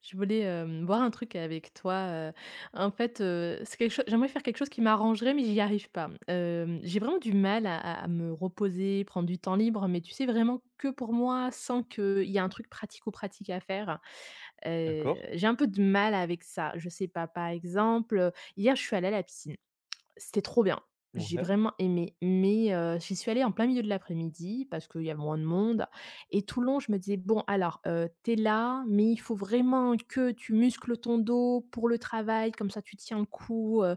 Je voulais, voir un truc avec toi, c'est quelque chose j'aimerais faire quelque chose qui m'arrangerait, mais j'y arrive pas. J'ai vraiment du mal à me reposer, prendre du temps libre, mais tu sais vraiment que pour moi, sans qu'il y ait un truc pratico-pratique à faire. D'accord. J'ai un peu de mal avec ça. Je sais pas, par exemple, hier je suis allée à la piscine. C'était trop bien. J'ai Ouais. vraiment aimé, mais j'y suis allée en plein milieu de l'après-midi parce qu'il y a moins de monde et tout le long, je me disais: «Bon alors, tu là, mais il faut vraiment que tu muscles ton dos pour le travail, comme ça tu tiens le coup», heu,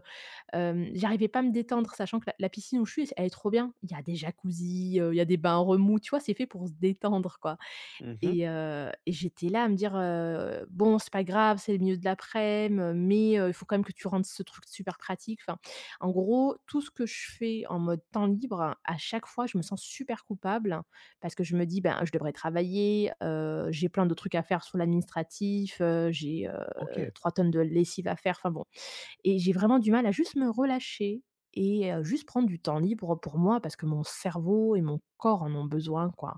hem, j'arrivais pas à me détendre, sachant que la piscine où je suis, elle est trop bien. Il y a des jacuzzis, il y a des bains en remous, tu vois? C'est fait pour se détendre, quoi. Mhm. Et j'étais là à me dire, «Bon, c'est pas grave, c'est le milieu de laprès midi mais il faut quand même que tu rendes ce truc super pratique». Enfin, en gros, tout ce que je fais en mode temps libre, à chaque fois, je me sens super coupable parce que je me dis: «Ben, je devrais travailler, j'ai plein de trucs à faire sur l'administratif, j'ai, OK, 3 tonnes de lessive à faire». Enfin bon, et j'ai vraiment du mal à juste me relâcher et juste prendre du temps libre pour moi parce que mon cerveau et mon corps en ont besoin, quoi.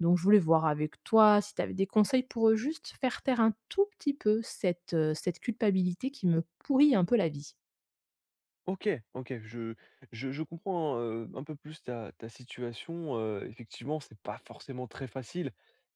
Donc je voulais voir avec toi si tu avais des conseils pour, juste faire taire un tout petit peu cette, cette culpabilité qui me pourrit un peu la vie. OK, OK. Je je comprends, un peu plus ta situation, effectivement, c'est pas forcément très facile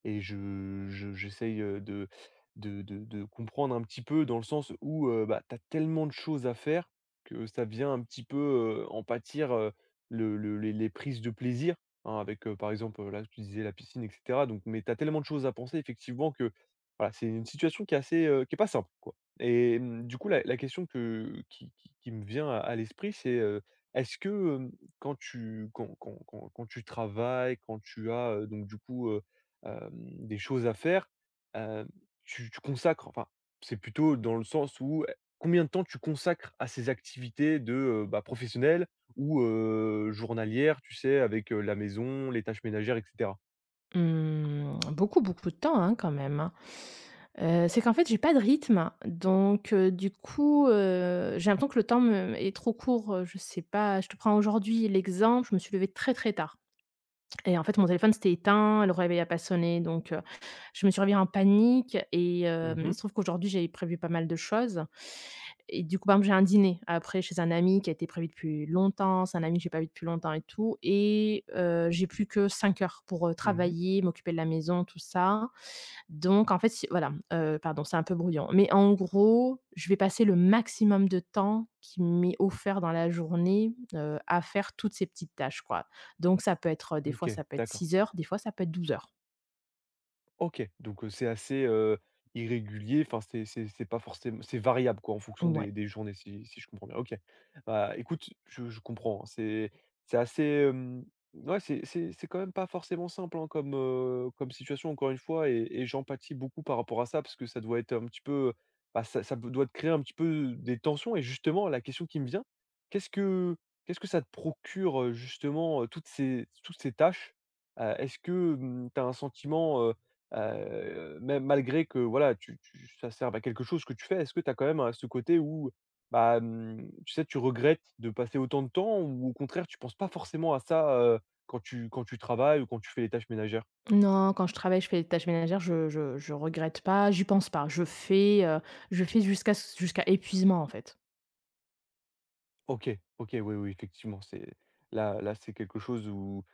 et je j'essaye, de comprendre un petit peu dans le sens où, bah, tu as tellement de choses à faire que ça vient un petit peu, en pâtir, le les prises de plaisir, hein, avec, par exemple, là, tu disais la piscine et cetera donc mais tu as tellement de choses à penser effectivement que voilà, c'est une situation qui est assez, qui est pas simple, quoi. Et du coup, la la question que qui me vient à l'esprit, c'est, est-ce que, hem, quand tu quand tu travailles, quand tu as, donc du coup, hem, des choses à faire, hem, tu c'est plutôt dans le sens où, combien de temps tu consacres à ces activités de, bah, professionnelles ou, journalières, tu sais, avec, la maison, les tâches ménagères et cetera? Mmh, beaucoup, beaucoup de temps, hein, quand même, hein. C'est qu'en fait, j'ai pas de rythme, donc j'ai l'impression que le temps me est trop court, je sais pas, je te prends aujourd'hui l'exemple, je me suis levée très, très tard. Et en fait, mon téléphone s'était éteint, le réveil a pas sonné, je me suis réveillée en panique et Mmh il mh. se trouve qu'aujourd'hui, j'ai prévu pas mal de choses et du coup, par exemple, j'ai un dîner après chez un ami qui a été prévu depuis longtemps. C'est un ami que j'ai pas vu depuis longtemps et tout et j'ai plus que 5 heures pour, Mmh travailler, m'occuper de la maison, tout ça. Donc en fait, si voilà, pardon, c'est un peu brouillon, mais en gros, je vais passer le maximum de temps qui m'est offert dans la journée, à faire toutes ces petites tâches, quoi. Donc ça peut être, des fois, OK, ça peut être d'accord. 6 heures, des fois, ça peut être 12 heures. OK, donc c'est assez, irrégulier, c'est pas forcément, c'est variable quoi en fonction des Ouais. des journées si je comprends bien. OK. Bah, écoute, je comprends, hein, c'est c'est assez, hem, ouais, c'est quand même pas forcément simple, hein, comme, comme situation encore une fois et j'empathie beaucoup par rapport à ça parce que ça doit être un petit peu, bah, ça peut doit te créer un petit peu des tensions et justement la question qui me vient, qu'est-ce que qu'est-ce que ça te procure, justement, toutes ces tâches? Est-ce que, tu as un sentiment, même malgré que voilà, tu tu ça serve à quelque chose que tu fais, est-ce que tu as quand même, ce côté où, bah, tu sais, tu regrettes de passer autant de temps ou au contraire, tu penses pas forcément à ça, quand tu travailles ou quand tu fais les tâches ménagères? Non, quand je travaille, je fais les tâches ménagères, je regrette pas, j'y pense pas. Je fais jusqu'à épuisement, en fait. OK, OK, oui, oui, effectivement, c'est c'est quelque chose où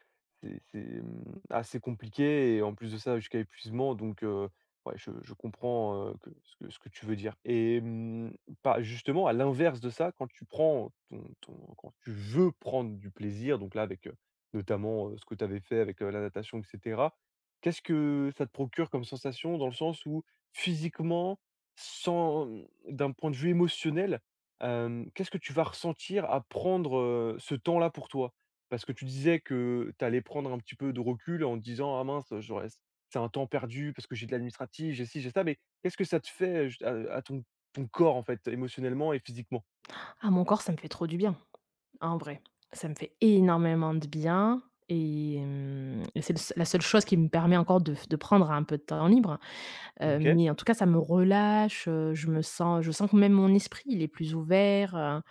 c'est, assez compliqué et en plus de ça, jusqu'à épuisement donc ouais, je comprends, que ce que tu veux dire et pas justement, à l'inverse de ça, quand tu prends ton ton quand tu veux prendre du plaisir, donc là, avec, notamment, ce que tu avais fait avec, la natation et cetera, qu'est-ce que ça te procure comme sensation? Dans le sens où, physiquement, sans, d'un point de vue émotionnel, qu'est-ce que tu vas ressentir à prendre, ce temps-là pour toi? Parce que tu disais que tu allais prendre un petit peu de recul en te disant: «Ah mince, j'aurais c'est un temps perdu parce que j'ai de l'administratif, j'ai ci, j'ai ça», mais qu'est-ce que ça te fait, à ton corps, en fait, émotionnellement et physiquement? Ah, mon corps, ça me fait trop du bien. En vrai, ça me fait énormément de bien et c'est le s la seule chose qui me permet encore de f de prendre un peu de temps libre, OK. mais en tout cas, ça me relâche, je sens que même mon esprit, il est plus ouvert, heu,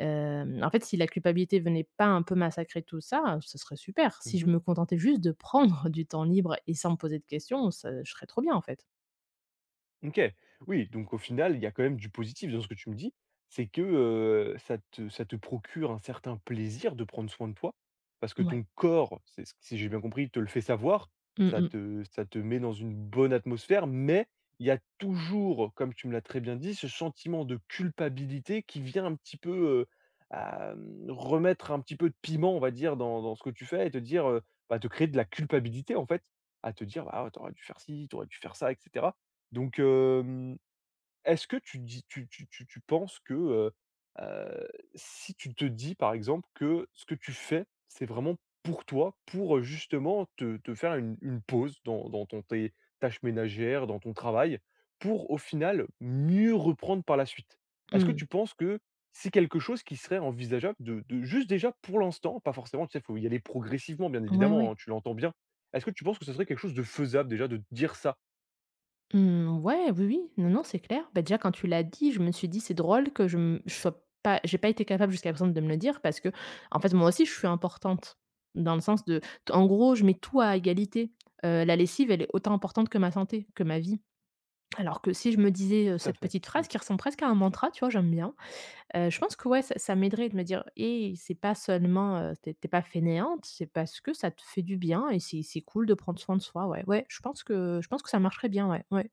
hem, en fait, si la culpabilité venait pas un peu massacrer tout ça, ce serait super. Si je Mmh me contentais juste de prendre du temps libre et sans me poser de questions, ça je serais trop bien, en fait. OK. Oui, donc au final, il y a quand même du positif dans ce que tu me dis. C'est que, ça te procure un certain plaisir de prendre soin de toi, parce que Ouais. ton corps, c'est ce si j'ai bien compris, te le fait savoir. Mmh mh. Ça te met dans une bonne atmosphère, mais il y a toujours, comme tu me l'as très bien dit, ce sentiment de culpabilité qui vient un petit peu, heu, à, remettre un petit peu de piment, on va dire, dans ce que tu fais et te dire, bah, te créer de la culpabilité, en fait, à te dire: bah ouais, t'aurais dû faire ci, t'aurais dû faire ça» etc. Donc, est-ce que tu penses que, heu, si tu te dis, par exemple, que ce que tu fais, c'est vraiment pour toi, pour, justement te faire une pause dans ton tes tâches ménagères, dans ton travail, pour au final mieux reprendre par la suite? Est-ce que Mmh. tu penses que c'est quelque chose qui serait envisageable de juste déjà pour l'instant, pas forcément, tu sais, il faut y aller progressivement bien Ouais, évidemment, ouais. hein, tu l'entends bien. Est-ce que tu penses que ce serait quelque chose de faisable déjà de dire ça? Mmh, ouais, oui, oui. Non, non, c'est clair. Bah, déjà, quand tu l'as dit, je me suis dit: «C'est drôle que je sois pas j'ai pas été capable jusqu'à présent de me le dire» parce que en fait, moi aussi, je suis importante. Dans le sens de en gros, je mets tout à égalité. La lessive, elle est autant importante que ma santé, que ma vie. Alors que si je me disais, Tout à cette fait. petite Mmh. phrase qui ressemble presque à un mantra, tu vois? J'aime bien. Je pense que ouais, ça m'aiderait de me dire: et c'est pas seulement, tu es pas fainéante, c'est parce que ça te fait du bien et c'est cool de prendre soin de soi». Ouais, ouais, je pense que ça marcherait bien, ouais, ouais.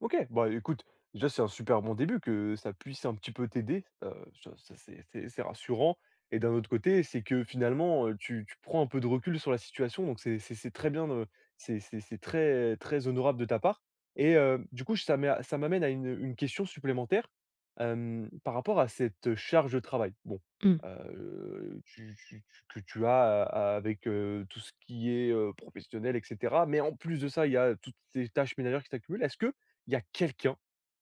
OK, bah, écoute, déjà, c'est un super bon début que ça puisse un petit peu t'aider, ça ça c'est rassurant et d'un autre côté, c'est que finalement, tu prends un peu de recul sur la situation donc c'est très bien de c'est très très honorable de ta part et du coup, ça m'amène à une question supplémentaire, par rapport à cette charge de travail. Bon, Mmh. Tu tu tu que tu as a avec, tout ce qui est, professionnel et cetera mais en plus de ça, il y a toutes ces tâches ménagères qui s'accumulent. Est-ce que il y a quelqu'un,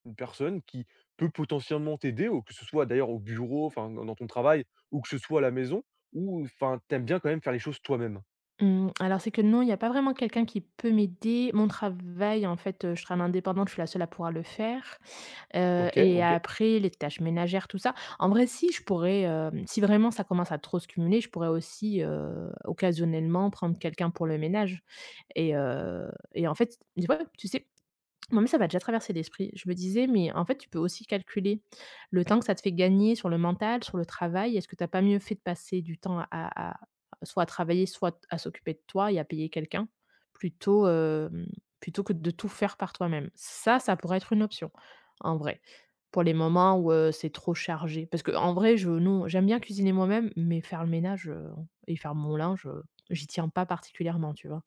une personne qui peut potentiellement t'aider, ou que ce soit d'ailleurs au bureau, enfin dans ton travail, ou que ce soit à la maison, ou enfin, t'aimes bien quand même faire les choses toi-même? Mmh, alors c'est que non, il n'y a pas vraiment quelqu'un qui peut m'aider. Mon travail, en fait, je travaille en indépendante, je suis la seule à pouvoir le faire, OK, et OK. après les tâches ménagères, tout ça. En vrai, si, je pourrais, si vraiment ça commence à trop se cumuler, je pourrais aussi, occasionnellement prendre quelqu'un pour le ménage et en fait, ouais, tu sais moi, mais ça m'a déjà traversé l'esprit. Je me disais: «Mais en fait, tu peux aussi calculer le temps que ça te fait gagner sur le mental, sur le travail. Est-ce que tu as pas mieux fait de passer du temps soit à travailler, soit à s'occuper de toi et à payer quelqu'un, plutôt, plutôt que de tout faire par toi-même?» Ça pourrait être une option, en vrai. Pour les moments où, c'est trop chargé. Parce que en vrai, je non, j'aime bien cuisiner moi-même, mais faire le ménage, et faire mon linge, j'y tiens pas particulièrement, tu vois?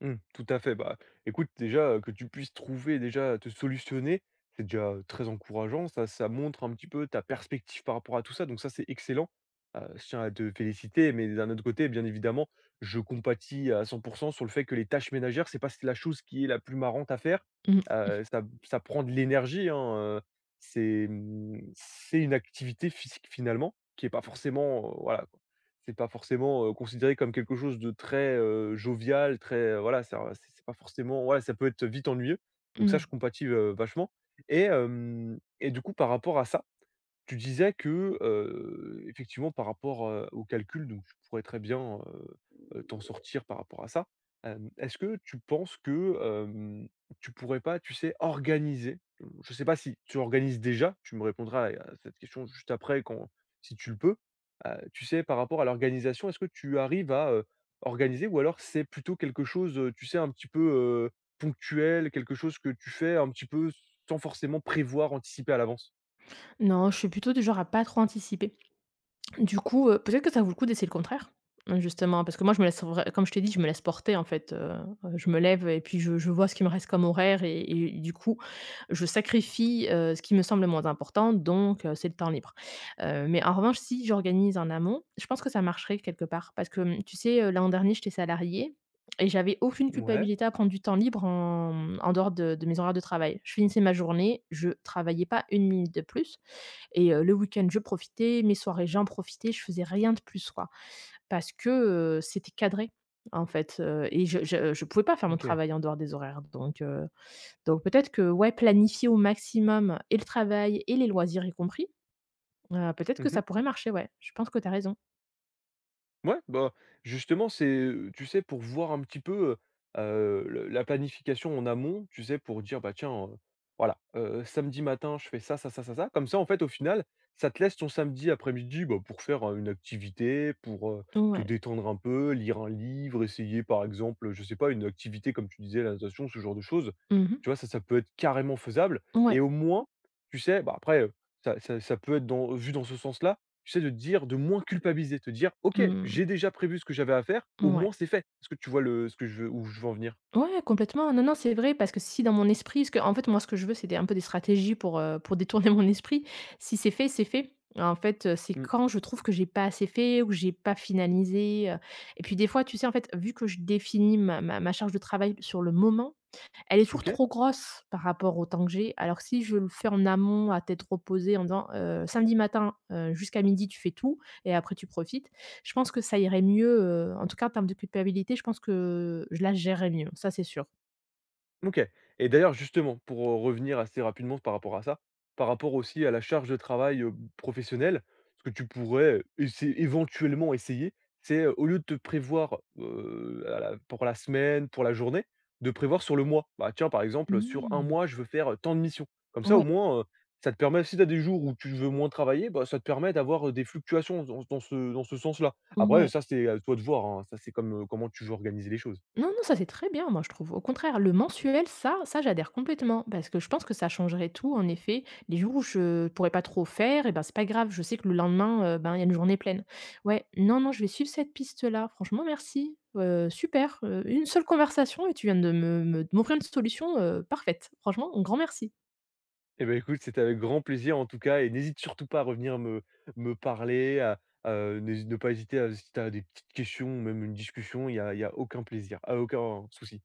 Mmh, tout à fait. Bah, écoute, déjà, que tu puisses trouver déjà te solutionner, c'est déjà très encourageant. Ça montre un petit peu ta perspective par rapport à tout ça, donc ça, c'est excellent. Je tiens à te féliciter, mais d'un autre côté, bien évidemment, je compatis à 100 sur le fait que les tâches ménagères, c'est pas la chose qui est la plus marrante à faire. Mmh, Ça prend de l'énergie, hein, heu, c'est, c'est une activité physique finalement qui est pas forcément, c'est pas forcément, considéré comme quelque chose de très, jovial, très, voilà, ça c'est pas forcément ça peut être vite ennuyeux. Donc ça, je mouais. compatis, vachement et hem et du coup, par rapport à ça, tu disais que, effectivement, par rapport, au calcul, donc tu pourrais très bien, t'en sortir par rapport à ça. Est-ce que tu penses que, hem, tu pourrais pas, tu sais, organiser? Je sais pas si tu organises déjà, tu me répondras à cette question juste après quand si tu le peux. Tu sais, par rapport à l'organisation, est-ce que tu arrives à, organiser ou alors c'est plutôt quelque chose, tu sais, un petit peu, heu, ponctuel, quelque chose que tu fais un petit peu sans forcément prévoir, anticiper à l'avance? Non, je suis plutôt du genre à pas trop anticiper. Du coup, peut-être que ça vaut le coup d'essayer le contraire, justement, parce que moi je me laisse vrai comme je t'ai dit, je me laisse porter en fait, je me lève et puis je vois ce qui me reste comme horaire et du coup, je sacrifie, ce qui me semble le moins important donc c'est le temps libre. Mais en revanche, si j'organise en amont, je pense que ça marcherait quelque part parce que, mmh, tu sais, l'an dernier, j'étais salariée et j'avais aucune Ouais, culpabilité à prendre du temps libre en dehors de mes horaires de travail. Je finissais ma journée, je travaillais pas une minute de plus et le week-end, je profitais, mes soirées, j'en profitais, je faisais rien de plus, quoi. Parce que, c'était cadré, en fait, et je pouvais pas faire mon OK. travail en dehors des horaires, donc peut-être que, ouais, planifier au maximum et le travail et les loisirs y compris, peut-être que ça Mmh pourrait marcher, ouais. Je pense que tu as raison. Ouais, bah, justement, c'est, tu sais, pour voir un petit peu, le la planification en amont, tu sais, pour dire: «Bah, tiens, voilà, samedi matin, je fais ça, ça, ça, ça, ça». Comme ça, en fait, au final, ça te laisse ton samedi après-midi, bah, pour faire, une activité, pour, te Ouais. détendre un peu, lire un livre, essayer, par exemple, je sais pas, une activité comme tu disais, la natation, ce genre de choses. Mmh. Tu vois, ça peut être carrément faisable et Ouais. au moins, tu sais, bah, après, ça peut être dans vu dans ce sens-là. Tu sais, de te dire de moins culpabiliser, te dire: «OK, Mmh. j'ai déjà prévu ce que j'avais à faire, au Ouais. moins c'est fait». Est-ce que tu vois le ce que je veux où je veux en venir? Ouais, complètement. Non, non, c'est vrai parce que si dans mon esprit ce que en fait, moi, ce que je veux, c'est des un peu des stratégies pour détourner mon esprit. Si c'est fait, c'est fait. En fait, c'est Mmh. quand je trouve que j'ai pas assez fait ou que j'ai pas finalisé, et puis des fois, tu sais, en fait, vu que je définis ma charge de travail sur le moment, elle est toujours OK. trop grosse par rapport au temps que j'ai, alors que si je le fais en amont à tête reposée en disant, «Samedi matin, jusqu'à midi, tu fais tout et après tu profites», je pense que ça irait mieux, en tout cas en termes de culpabilité, je pense que je la gérerais mieux, ça c'est sûr. OK et d'ailleurs justement pour, revenir assez rapidement par rapport à ça, par rapport aussi à la charge de travail, professionnelle, ce que tu pourrais, essa éventuellement essayer, c'est, au lieu de te prévoir, à la pour la semaine, pour la journée, de prévoir sur le mois. Bah, tiens, par exemple, sur un Mmh. mois, je veux faire, tant de missions. Comme ça, au Ouais, moins, ça te permet si tu as des jours où tu veux moins travailler, bah, ça te permet d'avoir, des fluctuations dans ce sens-là. Après, ouais. ça, c'est à toi de voir, hein, ça, c'est comme, comment tu veux organiser les choses. Non, non, ça c'est très bien, moi je trouve. Au contraire, le mensuel, ça j'adhère complètement parce que je pense que ça changerait tout en effet. Les jours où je pourrais pas trop faire et ben, c'est pas grave, je sais que le lendemain, ben, il y a une journée pleine. Ouais, non, non, je vais suivre cette piste-là. Franchement merci, super, une seule conversation et tu viens de me me de m'offrir une solution, parfaite. Franchement, un grand merci. Eh ben écoute, c'était avec grand plaisir en tout cas et n'hésite surtout pas à revenir me parler, à, n'hésite ne pas hésiter à si tu as des petites questions même une discussion, il y a aucun plaisir, ah, aucun souci.